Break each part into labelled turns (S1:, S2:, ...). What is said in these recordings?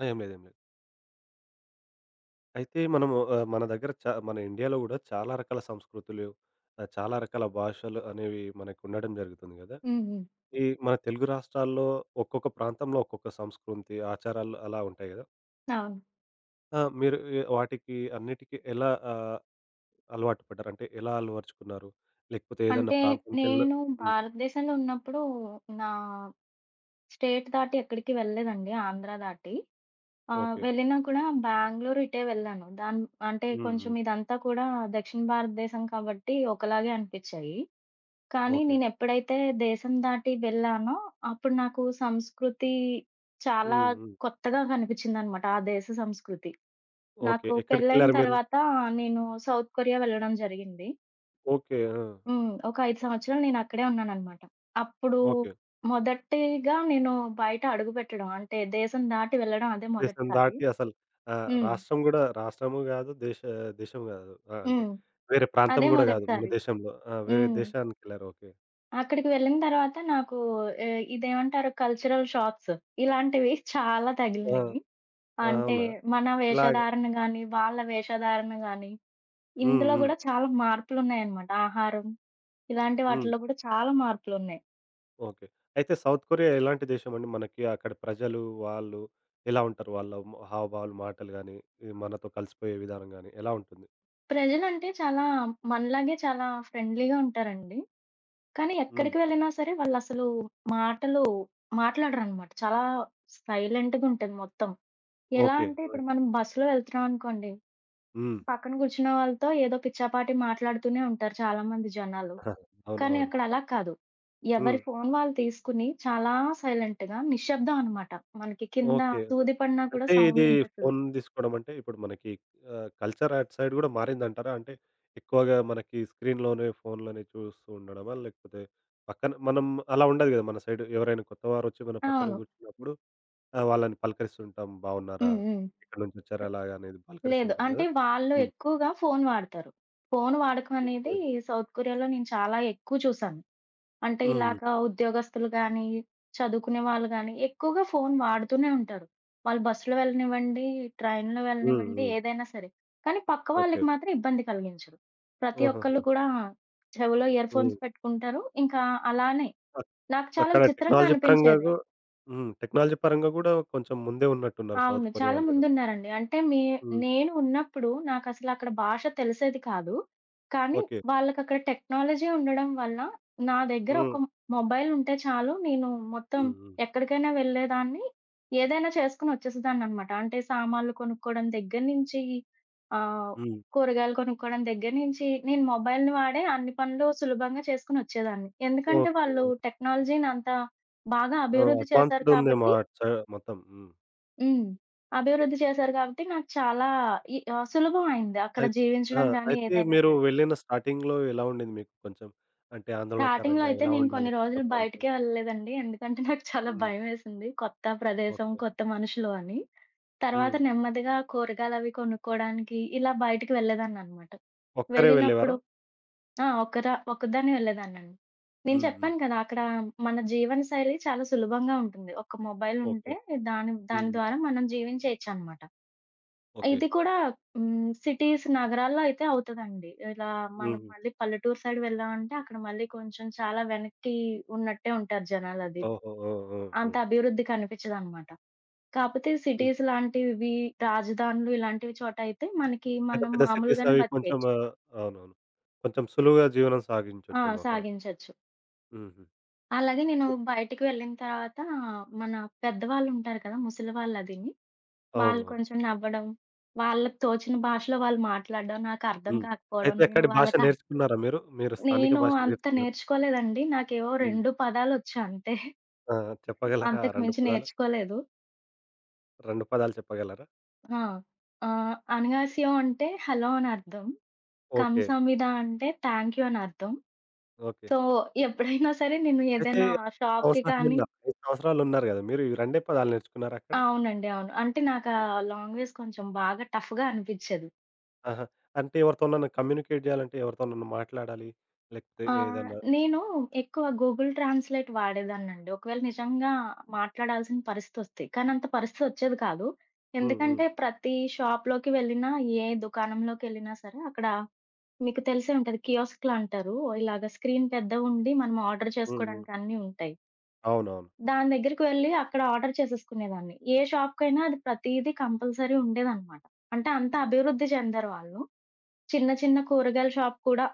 S1: ఆ! ఏం లేదు. ఏం లేదు. అయితే మనము మన దగ్గర మన ఇండియాలో గూడా చాలా రకాల సంస్కృతులు, చాలా రకాల భాషలు అనేవి మనకుండడం జరుగుతుంది గదా!
S2: హ్మ్. హ్మ్.
S1: ఈ మన తెలుగు రాష్ట్రాల్లో ఒక్కొక్క ప్రాంతంలో ఒక్కొక్క సంస్కృతి, ఆచారాలు అలా ఉంటాయి గదా!
S2: అవును.
S1: ఆ! మీరు వాటికి అన్నిటికి ఎలా అలవాటు పడ్డారు? అంటే ఎలా అలవరుచుకున్నారు? లేకపోతే ఏదన్నా
S2: అంటే
S1: ప్రాంతంకెళ్ళ
S2: నేను
S1: హ్మ్.
S2: భారతదేశంలో ఉన్నప్పుడు నా స్టేట్ దాటి ఎక్కడికి వెళ్ళలేదండి. ఆంధ్ర దాటి.
S1: ఓకే.
S2: వెళ్ళినా కూడా బెంగుళూరు ఇటే వెళ్ళాను. అంటే
S1: హ్మ్.
S2: కొంచెం
S1: హ్మ్.
S2: ఇదంతా కూడా దక్షిణ భారతదేశం కాబట్టి ఒకలాగే అనిపిచ్చాయి. కానీ
S1: ఓకే.
S2: నేనెప్పుడైతే దేశం దాటి వెళ్ళానో అప్పుడు నాకు సంస్కృతి చాలా
S1: హ్మ్. హ్మ్.
S2: కొత్తగా కనిపిచ్చిందనమాట. ఆ దేశ సంస్కృతి.
S1: ఓకే.
S2: నాకు పెళ్ళైన
S1: ఎక్కడికెళ్లారు మీరు?
S2: తర్వాత నేను సౌత్ కొరియా వెళ్ళడం జరిగింది.
S1: ఓకే. ఆ!
S2: హ్మ్. ఒక 5 సంవత్సరాలు నేనక్కడే ఉన్నాననమాట. అప్పుడు
S1: ఓకే.
S2: మొదటిగా నేను బయట అడుగుపెట్టడం అంటే దేశం దాటి వెళ్ళడం అదే
S1: దేశం
S2: మొదటిసారి.
S1: దాటి అసలు
S2: హ్మ్.
S1: రాష్ట్రం గూడా రాష్ట్రము గాదు, దేశం గాదు. ఆ! అంటే
S2: హ్మ్.
S1: వేరే ప్రాంతం
S2: అదే
S1: గూడా గాదు మన
S2: మొదటిసారి.
S1: దేశంలో. ఆ! వేరే
S2: హ్మ్.
S1: దేశానికెళ్లారు. ఓకే.
S2: అక్కడికి వెళ్ళిన తర్వాత నాకు ఇదేమంటారు, కల్చరల్ షాక్స్ ఇలాంటివి చాలా
S1: ఆ!
S2: తగిలినియి.
S1: ఆ!
S2: అంటే
S1: అవునా?
S2: మన
S1: ఇలాగే
S2: వేషధారణ గాని, వాళ్ళ వేషధారణ గాని,
S1: హ్మ్.
S2: ఇందులో
S1: హ్మ్.
S2: గూడా చాలా మార్పులున్నాయనమాట. ఆహారం ఇలాంటి
S1: హ్మ్.
S2: వాటిల్లో గూడా చాలా మార్పులున్నాయి.
S1: ఓకే. అయితే సౌత్ కొరియా ఎలాంటి దేశమండి? మనకి అక్కడి ప్రజలు, వాళ్ళు ఎలా ఉంటారు? వాళ్ళ హావభావాలు, మాటలు గాని, ఈ మనతో కలిసిపోయే విధానం గాని ఎలా ఉంటుంది?
S2: ప్రజలంటే చాలా మనలాగే చాలా ఫ్రెండ్లీగా ఉంటారండి. కానీ
S1: హ్మ్.
S2: ఎక్కడికి వెళ్ళినా సరే వాళ్ళసలు మాటలు మాట్లాడరనమాట. చాలా సైలెంట్‌గా ఉంటది మొత్తం. ఎలా
S1: ఓకే.
S2: అంటే
S1: ఆ!
S2: ఇప్పుడు మనం బస్సులో వెళ్తున్నాం అనుకోండి,
S1: హ్మ్.
S2: పక్కన కూర్చున్న వాళ్ళతో ఏదో పిచ్చాపాటి మాట్లాడుతూనే ఉంటారు చాలామంది జనాలు.
S1: అవును.
S2: కానీ
S1: అవును.
S2: అక్కడ అలా కాదు. ఎవరి
S1: హ్మ్.
S2: ఫోను వాళ్ళు తీసుకుని చాలా సైలెంట్‌గా, నిశ్శబ్దం అనమాట. మనకి కింద
S1: ఓకే. ఆ!
S2: సూది పడినా కూడా
S1: అంటే
S2: సౌండ్
S1: ఇది
S2: వినిపిస్తది.
S1: ఫోన్ తీసుకోవడం అంటే ఇప్పుడు మనకి కల్చర్ అటు సైడ్ గూడా మారిందంటారా? అంటే ఎక్కువగా మనకి స్క్రీన్‌లోనే, ఫోన్‌లోనే చూస్తూ ఉండడమా? లేకపోతే పక్కన మనం అలా ఉండదు గదా! మన సైడ్ ఎవరైనా కొత్తవారొచ్చి మన పక్కన
S2: అవును.
S1: కూర్చున్నప్పుడు వాళ్ళని పలకరిస్తుంటాం. బాగున్నారా?
S2: హ్మ్. హ్మ్.
S1: ఎక్కడి నుంచొచ్చారు? అలాగా అనేది
S2: లేదు.
S1: పలకరిస్తుంటాం
S2: అంటే
S1: గదా!
S2: వాళ్ళు
S1: హ్మ్.
S2: ఎక్కువగా ఫోను వాడతారు. ఫోను వాడకం అనేది
S1: ఓకే.
S2: సౌత్ కొరియాలో నేను చాలా ఎక్కువ చూసాను. అంటే
S1: హ్మ్.
S2: ఇలాగా ఉద్యోగస్తులు గానీ, చదువుకునే వాళ్ళు గానీ ఎక్కువగా ఫోను వాడుతూనే ఉంటారు. వాళ్ళు బస్సులో వెళ్ళనివ్వండి, ట్రైన్‌లో
S1: హ్మ్.
S2: వెళ్ళనివ్వండి,
S1: హ్మ్.
S2: ఏదైనా సరే. కానీ పక్క
S1: ఓకే.
S2: వాళ్ళకి మాత్రం ఇబ్బంది కలిగించరు. ప్రతి ఒక్కళ్ళు
S1: ఆహాహా!
S2: కూడా చెవిలో ఇయర్
S1: హ్మ్.
S2: ఫోన్స్ పెట్టుకుంటారు. ఇంకా అలానే
S1: అక్
S2: నాకు చాలా
S1: అక్కడ
S2: విచిత్రంగా
S1: టెక్నాలజీ పరంగా
S2: అనిపించేది.
S1: హ్మ్. టెక్నాలజీ పరంగా గూడా కొంచెం ముందే ఉన్నట్టున్నారు
S2: అవును.
S1: సౌత్ కొరియా
S2: చాలా
S1: వాళ్ళు గదా!
S2: ముందున్నారండి. అంటే మీ
S1: హ్మ్.
S2: నేను ఉన్నప్పుడు నాకసలక్కడ భాష తెలిసేది కాదు. కానీ
S1: ఓకే.
S2: వాళ్ళకక్కడ టెక్నాలజీ ఉండడం వల్ల నా దగ్గర ఒక
S1: హ్మ్.
S2: మొబైల్ ఉంటే చాలు, నేను మొత్తం
S1: హ్మ్. హ్మ్.
S2: ఎక్కడికైనా వెళ్ళేదాన్ని. ఏదైనా చేసుకొని వచ్చేసేదాన్ననమాట. అంటే సామాన్లు కొనుక్కోవడం దగ్గర నుంచి ఆహ్,
S1: హ్మ్.
S2: కూరగాయలు కొనుక్కోవడం దగ్గర నుంచి నేను మొబైల్‌ని వాడే అన్ని పనులు సులభంగా చేసుకొని వచ్చేదాన్ని. ఎందుకంటే
S1: ఓకే.
S2: వాళ్ళు టెక్నాలజీని అంత బాగా
S1: ఆ!
S2: అభివృద్ధి చేశారు
S1: అడ్వాన్స్‌డ్ ఉందేమో
S2: కాబట్టి.
S1: అటు మొత్తం. హ్మ్.
S2: హ్మ్. అభివృద్ధి చేశారు కాబట్టి నాకు చాలా ఈ సులభం అయింది, అక్కడ
S1: అయిత్ ఆ!
S2: జీవించడం గాని
S1: అయితే
S2: ఏదైనా
S1: మీరు
S2: సరే.
S1: వెళ్ళిన స్టార్టింగ్‌లో ఎలా ఉండింది మీకు కొంచెం? అంటే
S2: స్టార్టింగ్‌లో
S1: ఆందోళనకరంగా
S2: అయితే
S1: ఎలా
S2: నేను కొన్ని
S1: ఉండాలి కొత్త
S2: రోజులు
S1: ప్రాంతం?
S2: బయటికే వెళ్ళలేదండి. ఎందుకంటే నాకు చాలా
S1: హ్మ్.
S2: భయమేసింది, కొత్త ప్రదేశం,
S1: ఓకే.
S2: కొత్త మనుషులు అని. తర్వాత
S1: హ్మ్.
S2: నెమ్మదిగా కూరగాయలవి కొనుక్కోవడానికి ఇలా బయటికి వెళ్ళేదాన్ననమాట.
S1: ఒక్కరే
S2: వెళ్ళినప్పుడు
S1: వెళ్ళేవారా?
S2: ఆ! ఒక్కదాన్నే వెళ్ళేదాన్నండి. నేను
S1: హ్మ్. హ్మ్.
S2: చెప్పాను కదా! అక్కడ మన జీవన శైలి చాలా సులభంగా ఉంటుంది. ఒక మొబైల్
S1: ఓకే.
S2: ఉంటే దాని
S1: హ్మ్.
S2: దాని
S1: హ్మ్.
S2: ద్వారా మనం జీవించేయొచ్చనమాట.
S1: ఓకే.
S2: ఇది కూడా హ్మ్. సిటీస్, నగరాల్లో అయితే అవుతదండి. ఇలా మనం
S1: హుహు.
S2: మళ్ళీ పల్లెటూరు సైడ్ వెళ్ళామంటే, అక్కడ మళ్ళీ కొంచెం చాలా వెనక్కి ఉన్నట్టే ఉంటారు జనాలది.
S1: ఓహో! ఓహ్! ఓహ్!
S2: అంత
S1: హ్మ్.
S2: అభివృద్ధి కనిపించదనమాట. కాపోతే
S1: హ్మ్.
S2: సిటీస్ లాంటివి, రాజధానులు ఇలాంటివి చోట అయితే మనకి
S1: పెద్ద
S2: మనం
S1: పెద్ద సిటీస్
S2: మామూలుగానే
S1: అవి కొంచెం
S2: బతికేయచ్చు.
S1: అవునవును. కొంచెం సులువుగా జీవనం
S2: ఆ!
S1: సాగించొచ్చేమో అక్కడ.
S2: సాగించొచ్చు.
S1: హుహు.
S2: అలాగే నేను
S1: అవును.
S2: బయటికి వెళ్ళిన తర్వాత మన పెద్దవాళ్ళుంటారు కదా! ముసలివాళ్ళదిని. వాళ్ళు అదిని వాళ్ళు
S1: అవును.
S2: కొంచెం నవ్వడం, వాళ్ళకి తోచిన భాషలో వాళ్ళు మాట్లాడడం, నాకర్థం
S1: హ్మ్.
S2: కాకపోవడం,
S1: అయితే
S2: నేను
S1: అక్కడి భాష
S2: వాళ్ళకర్థం.
S1: నేర్చుకున్నారా మీరు? మీరు స్థానిక
S2: నేను
S1: భాష
S2: అంత
S1: నేర్చుకున్నారా?
S2: నేర్చుకోలేదండి. నాకేవో
S1: హ్మ్.
S2: 2 పదాలొచ్చు అంతే.
S1: ఆ! చెప్పగలరా ఆ
S2: అంతకు
S1: 2
S2: మించి
S1: పదాలు?
S2: నేర్చుకోలేదు.
S1: 2 పదాలు చెప్పగలరా?
S2: ఆ! అనగాసియో అంటే హలో అని అర్థం.
S1: ఓకే.
S2: కంసామిద అంటే థాంక్ యూ అని అర్థం.
S1: ఓకే.
S2: సో, ఎప్పుడైనా సరే నేను
S1: అయితే
S2: ఏదైనా షాప్‌కి కానీ
S1: సంవత్సరాలున్నారు. 5 సంవత్సరాలున్నారు గదా! మీరు ఈ 2 పదాలు నేర్చుకున్నారా అక్కడ?
S2: అవునండి. అవును. అంటే నాకు ఆ లాంగ్వేజ్ కొంచెం బాగా టఫ్‌గా అనిపిచ్చేది.
S1: ఆహా! అంటే ఎవరితోనన్నా కమ్యూనికేట్ జేయాలంటే ఎవరితోనన్నా మాట్లాడాలి. లేకపోతే
S2: ఆ!
S1: ఏదన్నా
S2: నేను ఎక్కువ గూగుల్ ట్రాన్స్‌లేట్ వాడేదాన్నండి, ఒకవేళ నిజంగా మాట్లాడాల్సిన పరిస్థితొస్తే. కానీ అంత పరిస్థితొచ్చేది కాదు.
S1: హ్మ్. హ్మ్.
S2: ఎందుకంటే ప్రతి షాప్‌లోకి వెళ్ళినా, ఏ దుకాణంలోకెళ్ళినా సరే అక్కడ మీకు తెలిసే ఉంటది, కియోస్క్‌లంటారు. ఇలాగ స్క్రీన్ పెద్దగుండి మనం ఆర్డర్
S1: హ్మ్. హ్మ్.
S2: చేసుకోవడానికి అన్నీ ఉంటాయి.
S1: అవునవును.
S2: దాని దగ్గరికి వెళ్ళి అక్కడ ఆర్డర్ చేసేసుకునేదాన్ని. ఏ షాప్‌కైనా అది ప్రతీదీ కంపల్సరీ ఉండేదనమాట. అంటే అంత అభివృద్ధి చెందరు వాళ్ళు. చిన్న చిన్న కూరగాయల షాప్ కూడా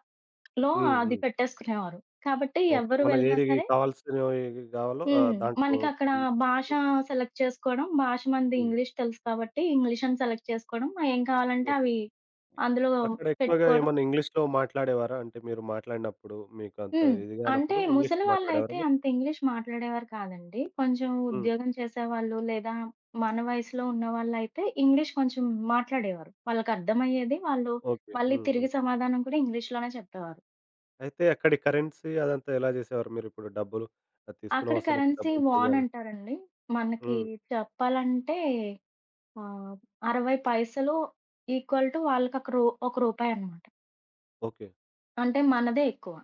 S2: లో
S1: హ్మ్.
S2: అది
S1: హ్మ్.
S2: పెట్టేసుకునేవారు. కాబట్టి
S1: ఓకే.
S2: ఎవరు వెళ్ళినా
S1: మనకేది
S2: సరే
S1: కావాల్సినవి గావాలో
S2: హ్మ్,
S1: దాంట్లో
S2: మనకక్కడ
S1: హ్మ్.
S2: భాష సెలెక్ట్ చేసుకోవడం, భాష మనది
S1: హ్మ్.
S2: ఇంగ్లీష్ తెలుసు కాబట్టి ఇంగ్లీష్ అని సెలెక్ట్ చేసుకోవడం, ఆ ఏం కావాలంటే
S1: ఓకే.
S2: అవి అందులో
S1: అక్కడ ఎక్కువగా
S2: పెట్టుకోవడం.
S1: ఏమన్నా ఇంగ్లీష్‌లో మాట్లాడేవారా? అంటే మీరు మాట్లాడినప్పుడు మీకు అంత
S2: హ్మ్.
S1: ఇది
S2: అంటే
S1: గానప్పుడు
S2: ముసలి
S1: ఇంగ్లీష్‌లో
S2: వాళ్ళైతే
S1: మాట్లాడేవారా మీరు?
S2: అంత ఇంగ్లీష్ మాట్లాడేవారు కాదండి. కొంచెం
S1: హ్మ్.
S2: ఉద్యోగం చేసేవాళ్ళు లేదా మన వయసులో ఉన్నవాళ్ళైతే ఇంగ్లీష్ కొంచెం మాట్లాడేవారు. వాళ్ళకర్థమయ్యేది. వాళ్ళు
S1: ఓకే.
S2: మళ్ళీ
S1: హ్మ్.
S2: తిరిగి
S1: హ్మ్.
S2: సమాధానం కూడా ఇంగ్లీష్‌లోనే చెప్పేవారు.
S1: అయితే అక్కడి కరెన్సీ అదంతా ఎలా జేసేవారు మీరిప్పుడు డబ్బులు తీసుకున్న
S2: అక్కడ
S1: వస్తువులకి
S2: కరెన్సీ
S1: డబ్బులు పే
S2: వాన్
S1: జేయాలంటే?
S2: అంటారండి. మనకి
S1: హ్మ్.
S2: చెప్పాలంటే ఆహ్, 60 పైసలు ఈక్వల్ టు వాళ్ళకి ఒక రూ రూ. 1.
S1: ఓకే.
S2: అంటే మనదే ఎక్కువ.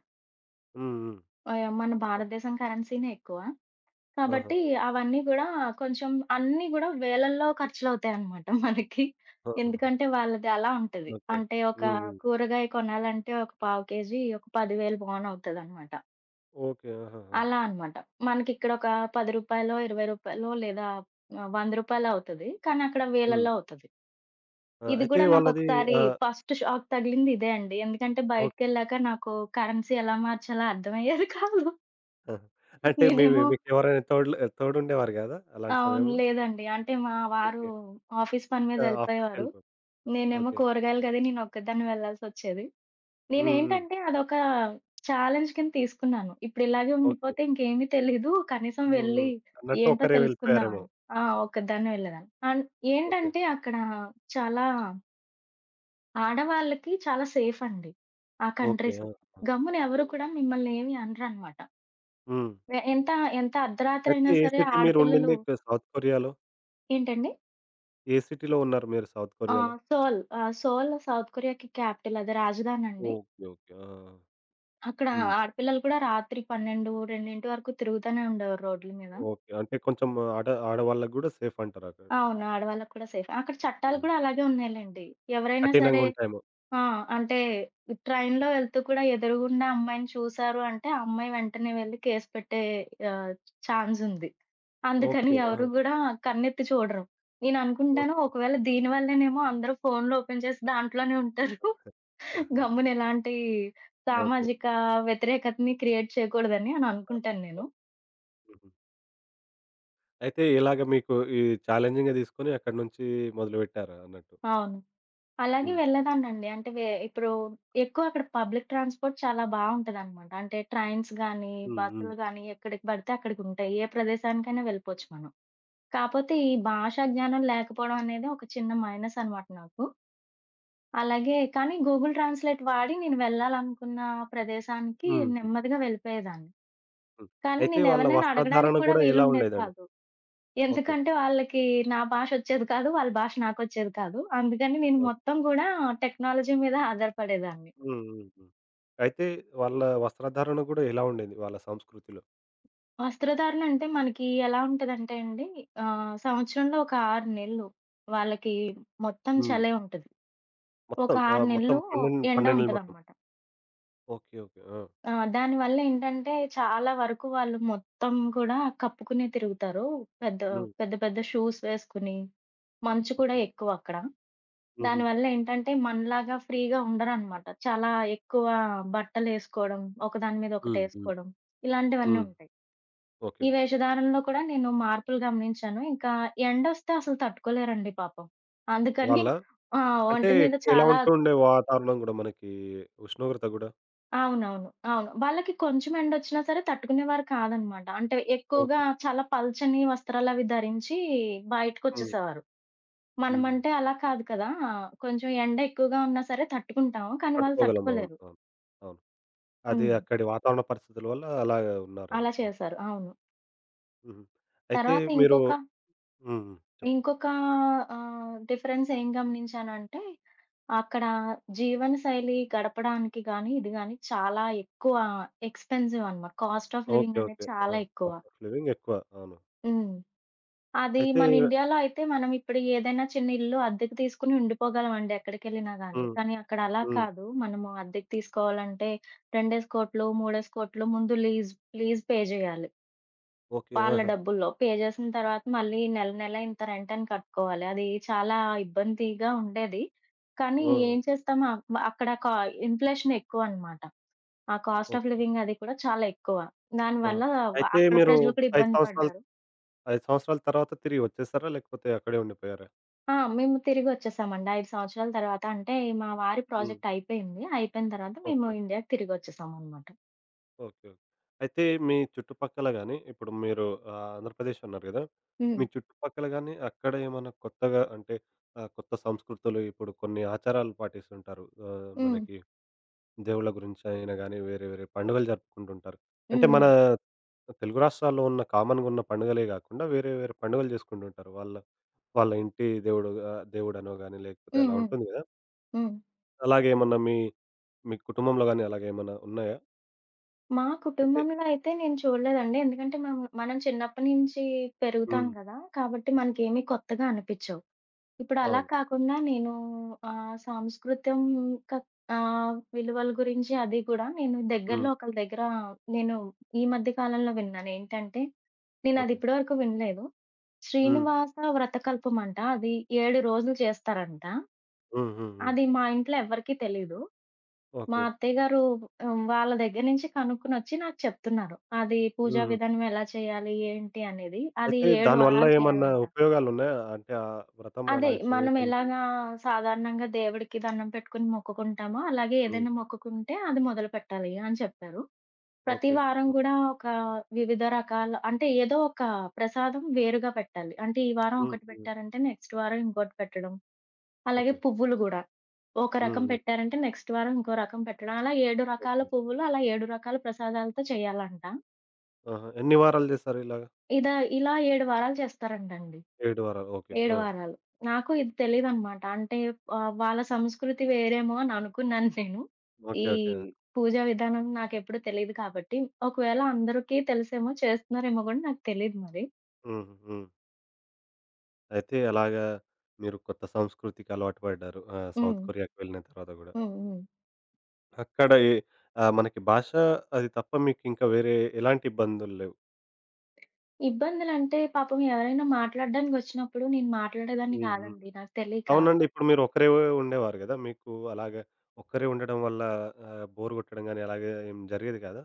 S1: హ్మ్. హ్మ్.
S2: మన
S1: ఓకే.
S2: భారతదేశం కరెన్సీనే ఎక్కువ.
S1: ఆహా!
S2: కాబట్టి అవన్నీ గూడా కొంచెం అన్నీ గూడా వేలల్లో ఖర్చులవుతాయన్నమాట మనకి.
S1: ఆహాహా!
S2: ఎందుకంటే వాళ్ళది అలా ఉంటది.
S1: ఓకే.
S2: అంటే ఒక
S1: హ్మ్. హ్మ్.
S2: కూరగాయ కొనాలంటే ఒక పావు కేజీ ఒక 10,000 వాన్ అవుతదన్నమాట.
S1: ఓకే. ఆహాహా!
S2: అలా అనమాట. మనకిక్కడ ఒక రూ. 10, రూ. 20 లేదా రూ. 100 అవుతది. కానీ అక్కడ
S1: హ్మ్.
S2: వేలల్లో అవుతది.
S1: ఆ!
S2: ఇది
S1: అయితే
S2: గూడా
S1: వాళ్ళది
S2: నాకొకసారి
S1: ఆహ్,
S2: ఫస్ట్ షాక్ తగిలింది ఇదే అండి. ఎందుకంటే
S1: ఓకే.
S2: బయటికెళ్ళాక నాకు కరెన్సీ ఎలా మార్చాలో అర్థమయ్యేది కాదు.
S1: ఆహా! అంటే మీవి
S2: నేనేమో
S1: మీకెవరైనా తోడ్లు తోడుండేవారు గాదా అలాంటి
S2: అవును.
S1: సమయంలో?
S2: లేదండి. అంటే మా వారు
S1: ఓకే.
S2: ఆఫీస్ పని మీద
S1: ఆ!
S2: ఎళ్ళిపోయేవారు.
S1: ఆఫీస్‌కెళ్ళిపోయి
S2: నేనేమో
S1: ఓకే.
S2: కూరగాయలు గది నేనొక్కదాన్ని వెళ్ళాల్సొచ్చేది.
S1: హ్మ్. హ్మ్.
S2: నేనేంటంటే అదొక ఛాలెంజ్ కింద తీసుకున్నాను. ఇప్పుడిలాగే
S1: ఓకే.
S2: ఉండిపోతే ఇంకేమీ తెలీదు. కనీసం
S1: హ్మ్. హ్మ్.
S2: వెళ్లి
S1: అన్నట్టు
S2: ఏంటో
S1: ఒకరే వెళ్ళిపోయారేమో.
S2: తెలుసుకుందామని. ఆ! ఒక్కదాన్నే వెళ్ళేదాన్ని. And
S1: okay.
S2: ఏంటంటే అక్కడ చాలా ఆడవాళ్ళకి చాలా సేఫ్ అండి ఆ
S1: ఓకే.
S2: కంట్రీస్.
S1: ఆ! ఆ!
S2: గమ్మున ఎవరు కూడా మిమ్మల్ని ఏమి అనరనమాట.
S1: హ్మ్.
S2: ఎ ఎంత ఎంత
S1: అయితే
S2: అర్ధరాత్రైనా
S1: ఏ
S2: సరే
S1: సిటీ
S2: ఆడపిల్లలు.
S1: మీరుండింది సౌత్ కొరియాలో?
S2: ఏంటండి?
S1: ఏ సిటీలో ఉన్నారు మీరు సౌత్ కొరియాలో?
S2: సోల్ సౌత్ కొరియాకి క్యాపిటల్, అది రాజధానండి.
S1: ఓకే. ఓకే. ఆ!
S2: అక్కడ
S1: హ్మ్.
S2: ఆడపిల్లలు కూడా రాత్రి 12, 2 వరకు తిరుగుతూనే ఉండేవారు రోడ్ల మీద.
S1: ఓకే. అంటే కొంచెం ఆడవాళ్ళకి గూడా సేఫ్ అంటారక్కడ.
S2: అవును. ఆడవాళ్ళకి కూడా సేఫే. అక్కడ చట్టాలు
S1: హ్మ్.
S2: కూడా అలాగే ఉన్నాయిలెండి. ఎవరైనా సరే
S1: కఠినంగుంటాయేమో.
S2: ఆ! అంటే ట్రైన్‌లో వెళ్తూ కూడా ఎదురుగుండా అమ్మాయిని చూసారు అంటే, ఆ అమ్మాయి వెంటనే వెళ్లి కేస్ పెట్టే ఆహ్, ఛాన్స్ ఉంది. అందుకని
S1: ఓకే.
S2: ఎవరు
S1: ఆహా!
S2: గూడా కన్నెత్తి చూడరు. నేననుకుంటాను
S1: ఓకే.
S2: ఒకవేళ దీని వల్లేనేమో అందరూ ఫోన్‌లు ఓపెన్ చేసి దాంట్లోనే ఉంటారు, గమ్మున ఎలాంటి
S1: ఓకే.
S2: సామాజిక వ్యతిరేకతని క్రియేట్ చేయకూడదని అని
S1: ఆ!
S2: అనుకుంటాను నేను.
S1: ఆ! హుహు. అయితే ఇలాగ మీకు ఈ ఛాలెంజింగ్‌గా తీసుకొని అక్కడి నుంచి మొదలుపెట్టారు అన్నట్టు.
S2: అవును. అలాగే
S1: హ్మ్.
S2: వెళ్ళేదాన్నండి. అంటే వే ఇప్పుడు ఎక్కువ అక్కడ పబ్లిక్ ట్రాన్స్‌పోర్ట్ చాలా బావుంటదనమాట. అంటే ట్రైన్స్ గానీ,
S1: హ్మ్. హ్మ్.
S2: బస్సులు గానీ ఎక్కడికి పడితే అక్కడికుంటాయి. ఏ ప్రదేశానికైనా వెళ్ళిపోవచ్చు మనం. కాపోతే ఈ భాషా జ్ఞానం లేకపోవడం అనేది ఒక చిన్న మైనస్ అనమాట నాకు. అలాగే కానీ గూగుల్ ట్రాన్స్‌లేట్ వాడి నేను వెళ్ళాలనుకున్న ప్రదేశానికి
S1: హ్మ్. హ్మ్.
S2: నెమ్మదిగా వెళ్ళిపోయేదాన్ని.
S1: హ్మ్.
S2: కానీ
S1: అయితే వాళ్ళ
S2: నేనెవరినైనా అడగడానికి
S1: వస్త్రధారణ
S2: కూడా
S1: గూడా ఎలా
S2: వీలుండేది
S1: ఉండేదండి?
S2: కాదు.
S1: ఓకే.
S2: ఎందుకంటే వాళ్ళకి నా భాషొచ్చేది కాదు, వాళ్ళ భాష నాకొచ్చేది కాదు. అందుకని నేను
S1: ఓకే.
S2: మొత్తం గూడా టెక్నాలజీ మీద ఆధారపడేదాన్ని.
S1: హ్మ్. హ్మ్. హ్మ్. అయితే వాళ్ళ వస్త్రధారణ గూడా ఎలా ఉండేది వాళ్ళ సంస్కృతిలో?
S2: వస్త్రధారణ అంటే మనకి ఎలా ఉంటదంటే అండి సంవత్సరంలో ఒక 6 నెలలు వాళ్ళకి మొత్తం
S1: హ్మ్.
S2: చలే ఉంటది. ఒక
S1: మొత్తం
S2: 6
S1: మొత్తం
S2: నెలలు
S1: 12
S2: ఎండ
S1: 12 మొత్తం.
S2: ఉంటదనమాట.
S1: ఓకే. ఓకే. ఆ!
S2: ఆ! దానివల్లేంటంటే, చాలా వరకు వాళ్ళు మొత్తం కూడా కప్పుకునే తిరుగుతారు. పెద్ద
S1: హ్మ్.
S2: పెద్ద పెద్ద షూస్ వేసుకుని, మంచు కూడా
S1: ఓకే.
S2: ఎక్కువక్కడ.
S1: హుహు.
S2: దానివల్లేంటంటే, మనలాగా ఫ్రీగా ఉండరనమాట. చాలా ఎక్కువ బట్టలేసుకోవడం, ఒకదాని మీద
S1: హ్మ్. హ్మ్.
S2: ఒకటేసుకోవడం, ఇలాంటివన్నీ
S1: హ్మ్.
S2: ఉంటాయి.
S1: ఓకే.
S2: ఈ వేషధారణలో కూడా నేను మార్పులు గమనించాను. ఇంకా ఎండొస్తే అసలు తట్టుకోలేరండి పాపం. అందుకని
S1: వాళ్ళ
S2: ఆ!
S1: అంటే
S2: ఒంటి మీద
S1: ఎలా
S2: చాలా
S1: ఉంటుండే వాతావరణం గూడా మనకి ఉష్ణోగ్రత గూడా?
S2: అవునవును. అవును. వాళ్ళకి కొంచెం ఎండొచ్చినా సరే తట్టుకునేవారు కాదనమాట. అంటే ఎక్కువగా
S1: ఓకే.
S2: చాలా పల్చని వస్త్రాలవి ధరించి
S1: హ్మ్.
S2: బయటకొచ్చేసేవారు.
S1: హుహు.
S2: మనమంటే అలా కాదు కదా! కొంచెం ఎండ ఎక్కువగా ఉన్నా సరే తట్టుకుంటాము. కానీ వాళ్ళు
S1: తట్టుకోగలం. అవును.
S2: తట్టుకోలేరు.
S1: అవును. అవును. అది
S2: హ్మ్.
S1: అక్కడి వాతావరణ పరిస్థితుల వల్ల అలాగే ఉన్నారేమో.
S2: అలా
S1: ఓకే.
S2: చేశారు. అవును.
S1: హుహు. అయితే
S2: తర్వాత
S1: మీరు
S2: ఇంకొక
S1: హ్మ్. హ్మ్. చెప్పండి.
S2: ఇంకొక ఆహ్, డిఫరెన్స్ ఏం గమనించానంటే అక్కడ జీవనశైలి గడపడానికి గానీ, ఇది గానీ చాలా ఎక్కువ ఎక్స్‌పెన్సివ్ అనమాట. Cost of
S1: okay.
S2: లివింగ్ అనేది
S1: ఓకే.
S2: చాలా
S1: ఆహా!
S2: ఎక్కువ.
S1: కాస్ట్ ఆఫ్ లివింగ్ ఎక్కువ. అవును.
S2: హ్మ్. అది
S1: అయితే
S2: మన ఇండియాలో అయితే మనం ఇప్పుడు ఏదైనా చిన్న ఇల్లు అద్దెకు తీసుకొని ఉండిపోగలమండి ఎక్కడికెళ్ళినా గానీ.
S1: హ్మ్.
S2: కానీ అక్కడ అలా
S1: హ్మ్.
S2: కాదు. మనము అద్దెకు తీసుకోవాలంటే 2,000,00,00,000, 3,000,00,000 ముందు లీజ్ లీజ్ పే జేయాలి.
S1: ఓకే.
S2: వాళ్ళ
S1: ఆహా!
S2: డబ్బుల్లో. పే చేసిన తర్వాత మళ్ళీ నెల నెల ఇంత రెంటని కట్టుకోవాలి. అది చాలా ఇబ్బందిగా ఉండేది. కానీ
S1: ఓహ్!
S2: ఏం చేస్తాం అక్కడ ఇన్‌ఫ్లేషన్ ఎక్కువనమాట. ఆ కాస్ట్ ఆఫ్
S1: ఓకే.
S2: లివింగ్ అది కూడా చాలా ఎక్కువ.
S1: ఆహా!
S2: దానివల్ల వ
S1: అయితే
S2: అక్కడ
S1: మీరు
S2: ప్రజలు కూడా
S1: 5
S2: ఇబ్బంది
S1: సంవత్సరాలు
S2: పడ్డారు.
S1: 5 సంవత్సరాల తర్వాత తిరిగి వచ్చేసారా? లేకపోతే అక్కడే ఉండిపోయారా?
S2: ఆ! మేము తిరిగొచ్చేసామండి. 5 సంవత్సరాల తర్వాత అంటే మా వారి
S1: హ్మ్.
S2: ప్రాజెక్ట్ అయిపోయింది. అయిపోయిన తర్వాత మేము
S1: ఓకే.
S2: ఇండియాకి తిరిగొచ్చేసామనమాట.
S1: ఓకే. అయితే మీ చుట్టుపక్కల గాని, ఇప్పుడు మీరు ఆంధ్రప్రదేశ్ అన్నారు గదా!
S2: హ్మ్.
S1: మీ చుట్టుపక్కల గాని, అక్కడ ఏమన్నా కొత్తగా అంటే కొత్త సంస్కృతులు ఇప్పుడు కొన్ని ఆచారాలు పాటిస్తుంటారు.
S2: హ్మ్.
S1: మనకి దేవుళ్ళ గురించి అయినా గాని, వేరే వేరే పండుగలు జరుపుకుంటుంటారు.
S2: హ్మ్.
S1: అంటే
S2: హ్మ్.
S1: మన తెలుగు రాష్ట్రాల్లో ఉన్న కామన్‌గా ఉన్న పండుగలే గాకుండా వేరే వేరే పండుగలు జేసుకుంటుంటారు. వాళ్ళ వాళ్ళ ఇంటి దేవుడు దేవుడనో గాని లేకపోతే
S2: హ్మ్.
S1: అలా
S2: హ్మ్.
S1: ఉంటుంది గదా!
S2: హ్మ్.
S1: అలాగేమన్నా మీ మీ కుటుంబంలో గాని అలాగేమన్నా ఉన్నాయా?
S2: మా
S1: అంటే
S2: కుటుంబంలో అయితే నేను చూడలేదండి. ఎందుకంటే మేము మనం చిన్నప్పటి నుంచి పెరుగుతాం
S1: హ్మ్.
S2: కదా! కాబట్టి మనకేమీ కొత్తగా అనిపిచ్చవు. ఇప్పుడు అలా
S1: అవును.
S2: కాకుండా నేను సాంస్కృతం క విలువల గురించి అది కూడా నేను
S1: హ్మ్.
S2: దగ్గరలో ఒకళ్ళ దగ్గర నేను ఈ మధ్య కాలంలో విన్నాను. ఏంటంటే నేనది
S1: ఓకే.
S2: ఇప్పటి వరకు వినలేదు.
S1: హ్మ్.
S2: శ్రీనివాస వ్రతకల్పమంట. అది 7 రోజులు చేస్తారంట.
S1: హ్మ్. హ్మ్. హ్మ్.
S2: అది మా ఇంట్లో ఎవ్వరికీ తెలీదు. మా
S1: ఓకే.
S2: అత్తయ్య గారు హ్మ్, వాళ్ళ దగ్గర నుంచి కనుక్కొనొచ్చి నాకు చెప్తున్నారు, అది పూజా
S1: హుహు.
S2: విధానం ఎలా చేయాలి, ఏంటి అనేది. అది
S1: అయితే
S2: 7
S1: దానివల్ల
S2: వారాలు
S1: ఏమన్నా
S2: చేయాలంట.
S1: ఉపయోగాలున్నాయా? అంటే ఆ వ్రతం
S2: అదే
S1: అలాగ
S2: మనం
S1: చేయటానికి?
S2: ఎలాగా సాధారణంగా దేవుడికి దండం పెట్టుకొని మొక్కుకుంటామో, అలాగే
S1: హ్మ్.
S2: ఏదైనా మొక్కుకుంటే అది మొదలుపెట్టాలి అని చెప్పారు. ప్రతి
S1: ఓకే.
S2: వారం
S1: హ్మ్.
S2: కూడా ఒక వివిధ రకాల అంటే ఏదో ఒక ప్రసాదం వేరుగా పెట్టాలి. అంటే ఈ వారం
S1: హ్మ్.
S2: ఒకటి
S1: హ్మ్.
S2: పెట్టారంటే నెక్స్ట్ వారం ఇంకోటి పెట్టడం. అలాగే
S1: ఓకే.
S2: పువ్వులు గూడా, ఒక
S1: హ్మ్.
S2: రకం
S1: హ్మ్.
S2: పెట్టారంటే నెక్స్ట్ వారం ఇంకో రకం పెట్టడం. అలా 7 రకాల
S1: ఓకే.
S2: పువ్వులు, అలా 7 రకాల ప్రసాదాలతో చేయాలంట.
S1: ఆహా! ఎన్ని వారాలు జేస్తారు ఇలాగ?
S2: ఇదా ఇలా 7 వారాలు చేస్తారంటండి.
S1: 7 వారాలు. ఓకే.
S2: 7
S1: ఆ!
S2: వారాలు. నాకు ఇది తెలీదనమాట. అంటే వాళ్ళ సంస్కృతి వేరేమో అని అనుకున్నాను నేను. ఈ
S1: ఓకే. ఓకే.
S2: పూజా విధానం నాకెప్పుడు తెలీదు కాబట్టి. ఒకవేళ అందరికీ తెలిసేమో, చేస్తున్నారేమో గూడా నాకు తెలీదు మరి.
S1: హుహు. హ్మ్. అయితే అలాగా మీరు కొత్త సంస్కృతికి అలవాటు పడ్డారు.
S2: హ్మ్.
S1: సౌత్ కొరియాకి వెళ్ళిన తర్వాత గూడా.
S2: హ్మ్. హ్మ్.
S1: అక్కడ ఏ మనకి భాష అది తప్ప మీకింకా వేరే ఎలాంటి ఇబ్బందులు లేవు.
S2: ఇబ్బందులంటే పాపం ఎవరైనా మాట్లాడడానికొచ్చినప్పుడు నేను మాట్లాడేదాన్ని
S1: హ్మ్. హ్మ్.
S2: కాదండి నాకు తెలీక.
S1: అవునండి. ఇప్పుడు మీరు ఒకరే ఉండేవారు గదా! మీకు అలాగా ఒక్కరే ఉండడం వల్ల బోర్ గొట్టడం గానీ అలాగే ఏం జరిగేది కాదా?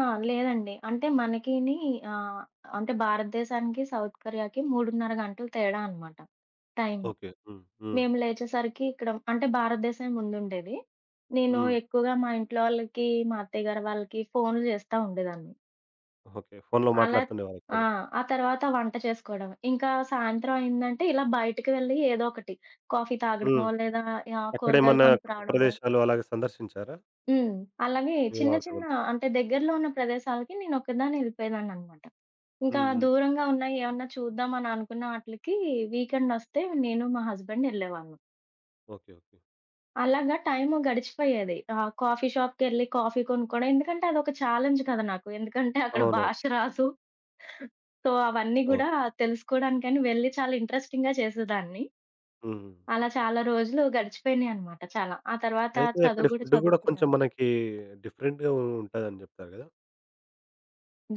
S2: ఆ! లేదండి. అంటే మనకిని ఆహ్, అంటే భారతదేశానికి, సౌత్ కొరియాకి 3:30 గంటలు తేడా అనమాట టైము.
S1: ఓకే. హ్మ్. హ్మ్.
S2: మేము లేచేసరికి ఇక్కడ అంటే భారతదేశమే ముందుండేది. నేను
S1: హ్మ్.
S2: ఎక్కువగా మా ఇంట్లో వాళ్ళకి, మా అత్తయ్య గారు వాళ్ళకి ఫోన్లు చేస్తా ఉండేదాన్ని.
S1: ఓకే. ఫోన్‌లో
S2: అలా
S1: మాట్లాడుతుండేవారు
S2: ఆ!
S1: ఎక్కువగా.
S2: ఆ తర్వాత వంట చేసుకోవడం. ఇంకా సాయంత్రం అయిందంటే ఇలా బయటకి వెళ్ళి ఏదో ఒకటి కాఫీ తాగడమో,
S1: హ్మ్.
S2: లేదా కూరగాయలు
S1: అక్కడేమన్నా కొత్త
S2: కొనుక్కురావడమో.
S1: ప్రదేశాలు అలాగే సందర్శించారా?
S2: హ్మ్. అలాగే
S1: మీ
S2: చిన్న
S1: వారితో
S2: చిన్న
S1: గలిసి?
S2: అంటే దగ్గరలో ఉన్న ప్రదేశాలకి నేను ఒక్కదాన్నే వెళ్ళిపోయేదాన్ననమాట. ఇంకా
S1: హ్మ్. హ్మ్.
S2: దూరంగా ఉన్నాయి ఏమన్నా చూద్దాం అని అనుకున్న ఆటిలకి వీకెండొస్తే నేను, మా హస్బెండ్ ఎళ్ళేవాళ్ళం.
S1: ఓకే. ఓకే.
S2: అలాగా టైము గడిచిపోయేది. కాఫీ షాప్‌కెళ్ళి కాఫీ కొనుక్కోవడం. ఎందుకంటే అదొక ఛాలెంజ్ కదా నాకు. ఎందుకంటే అక్కడ
S1: అవునవును.
S2: భాష రాదు. సో, అవన్నీ
S1: అవును.
S2: గూడా తెలుసుకోవడానికని వెళ్లి చాలా ఇంట్రెస్టింగ్‌గా చేసేదాన్ని.
S1: హ్మ్.
S2: అలా చాలా రోజులు గడిచిపోయినాయన్నమాట చాలా. ఆ తర్వాత
S1: అయితే
S2: చదువు
S1: అక్కడి
S2: గూడా
S1: ఫుడ్ గూడా కొంచెం
S2: చదువుకున్నాను.
S1: మనకి డిఫరెంట్‌గా ఉంటదని జెప్తారు గదా!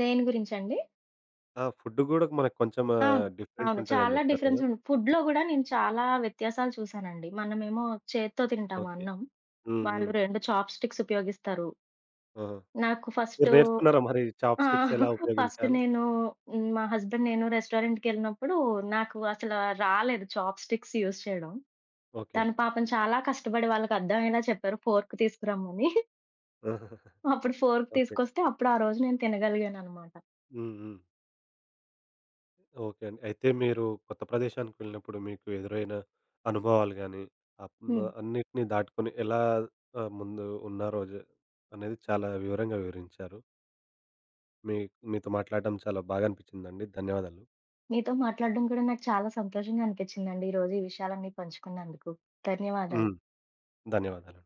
S2: దేని గురించండి?
S1: ఆ ఫుడ్ గూడా మనకు కొంచెం
S2: అవును.
S1: డిఫరెంట్
S2: అవును.
S1: ఉంటదని
S2: చాలా
S1: జెప్తారు
S2: డిఫరెన్స్
S1: గదా!
S2: ఉంది. ఫుడ్‌లో గూడా నేను చాలా వ్యత్యాసాలు చూసానండి. మనమేమో చేత్తో తింటాము
S1: ఓకే.
S2: అన్నం.
S1: హ్మ్.
S2: వాళ్ళు
S1: హ్మ్.
S2: 2 చాప్ స్టిక్స్ ఉపయోగిస్తారు.
S1: ఆహా!
S2: నాకు
S1: మీరు
S2: ఫస్టు
S1: నేర్చుకున్నారా మరి
S2: ఆ!
S1: చాప్ స్టిక్స్ ఎలా
S2: ఫస్ట్
S1: ఉపయోగించాలో?
S2: నేను హ్మ్, మా హస్బెండ్ నేను రెస్టారెంట్‌కెళ్ళినప్పుడు నాకు అసల రాలేదు చాప్ స్టిక్స్ యూజ్ చేయడం.
S1: ఓకే.
S2: తను
S1: ఓకే.
S2: పాపం చాలా కష్టపడి వాళ్ళకర్థమయ్యేలా చెప్పారు ఫోర్క్ తీసుకురమ్మని. అప్పుడు ఫోర్క్
S1: ఓకే.
S2: తీసుకొస్తే అప్పుడు ఆ రోజు నేను తినగలిగాననమాట.
S1: హ్మ్. హ్మ్. ఓకే అండి. అయితే మీరు కొత్త ప్రదేశానికి వెళ్ళినప్పుడు మీకు ఎదురైన అనుభవాలు గానీ, అప్
S2: హ్మ్.
S1: అన్నిటిని దాటుకొని ఎలా ముందు ఉన్నారో అనేది చాలా వివరంగా వివరించారు. మీ మీతో మాట్లాడడం చాలా బాగా అనిపించిందండి. ధన్యవాదాలు.
S2: మీతో మాట్లాడడం కూడా నాకు చాలా సంతోషంగా అనిపిచ్చిందండి, ఈరోజు ఈ విషయాలన్నీ పంచుకున్నందుకు. ధన్యవాదాలు.
S1: హ్మ్. ధన్యవాదాలు.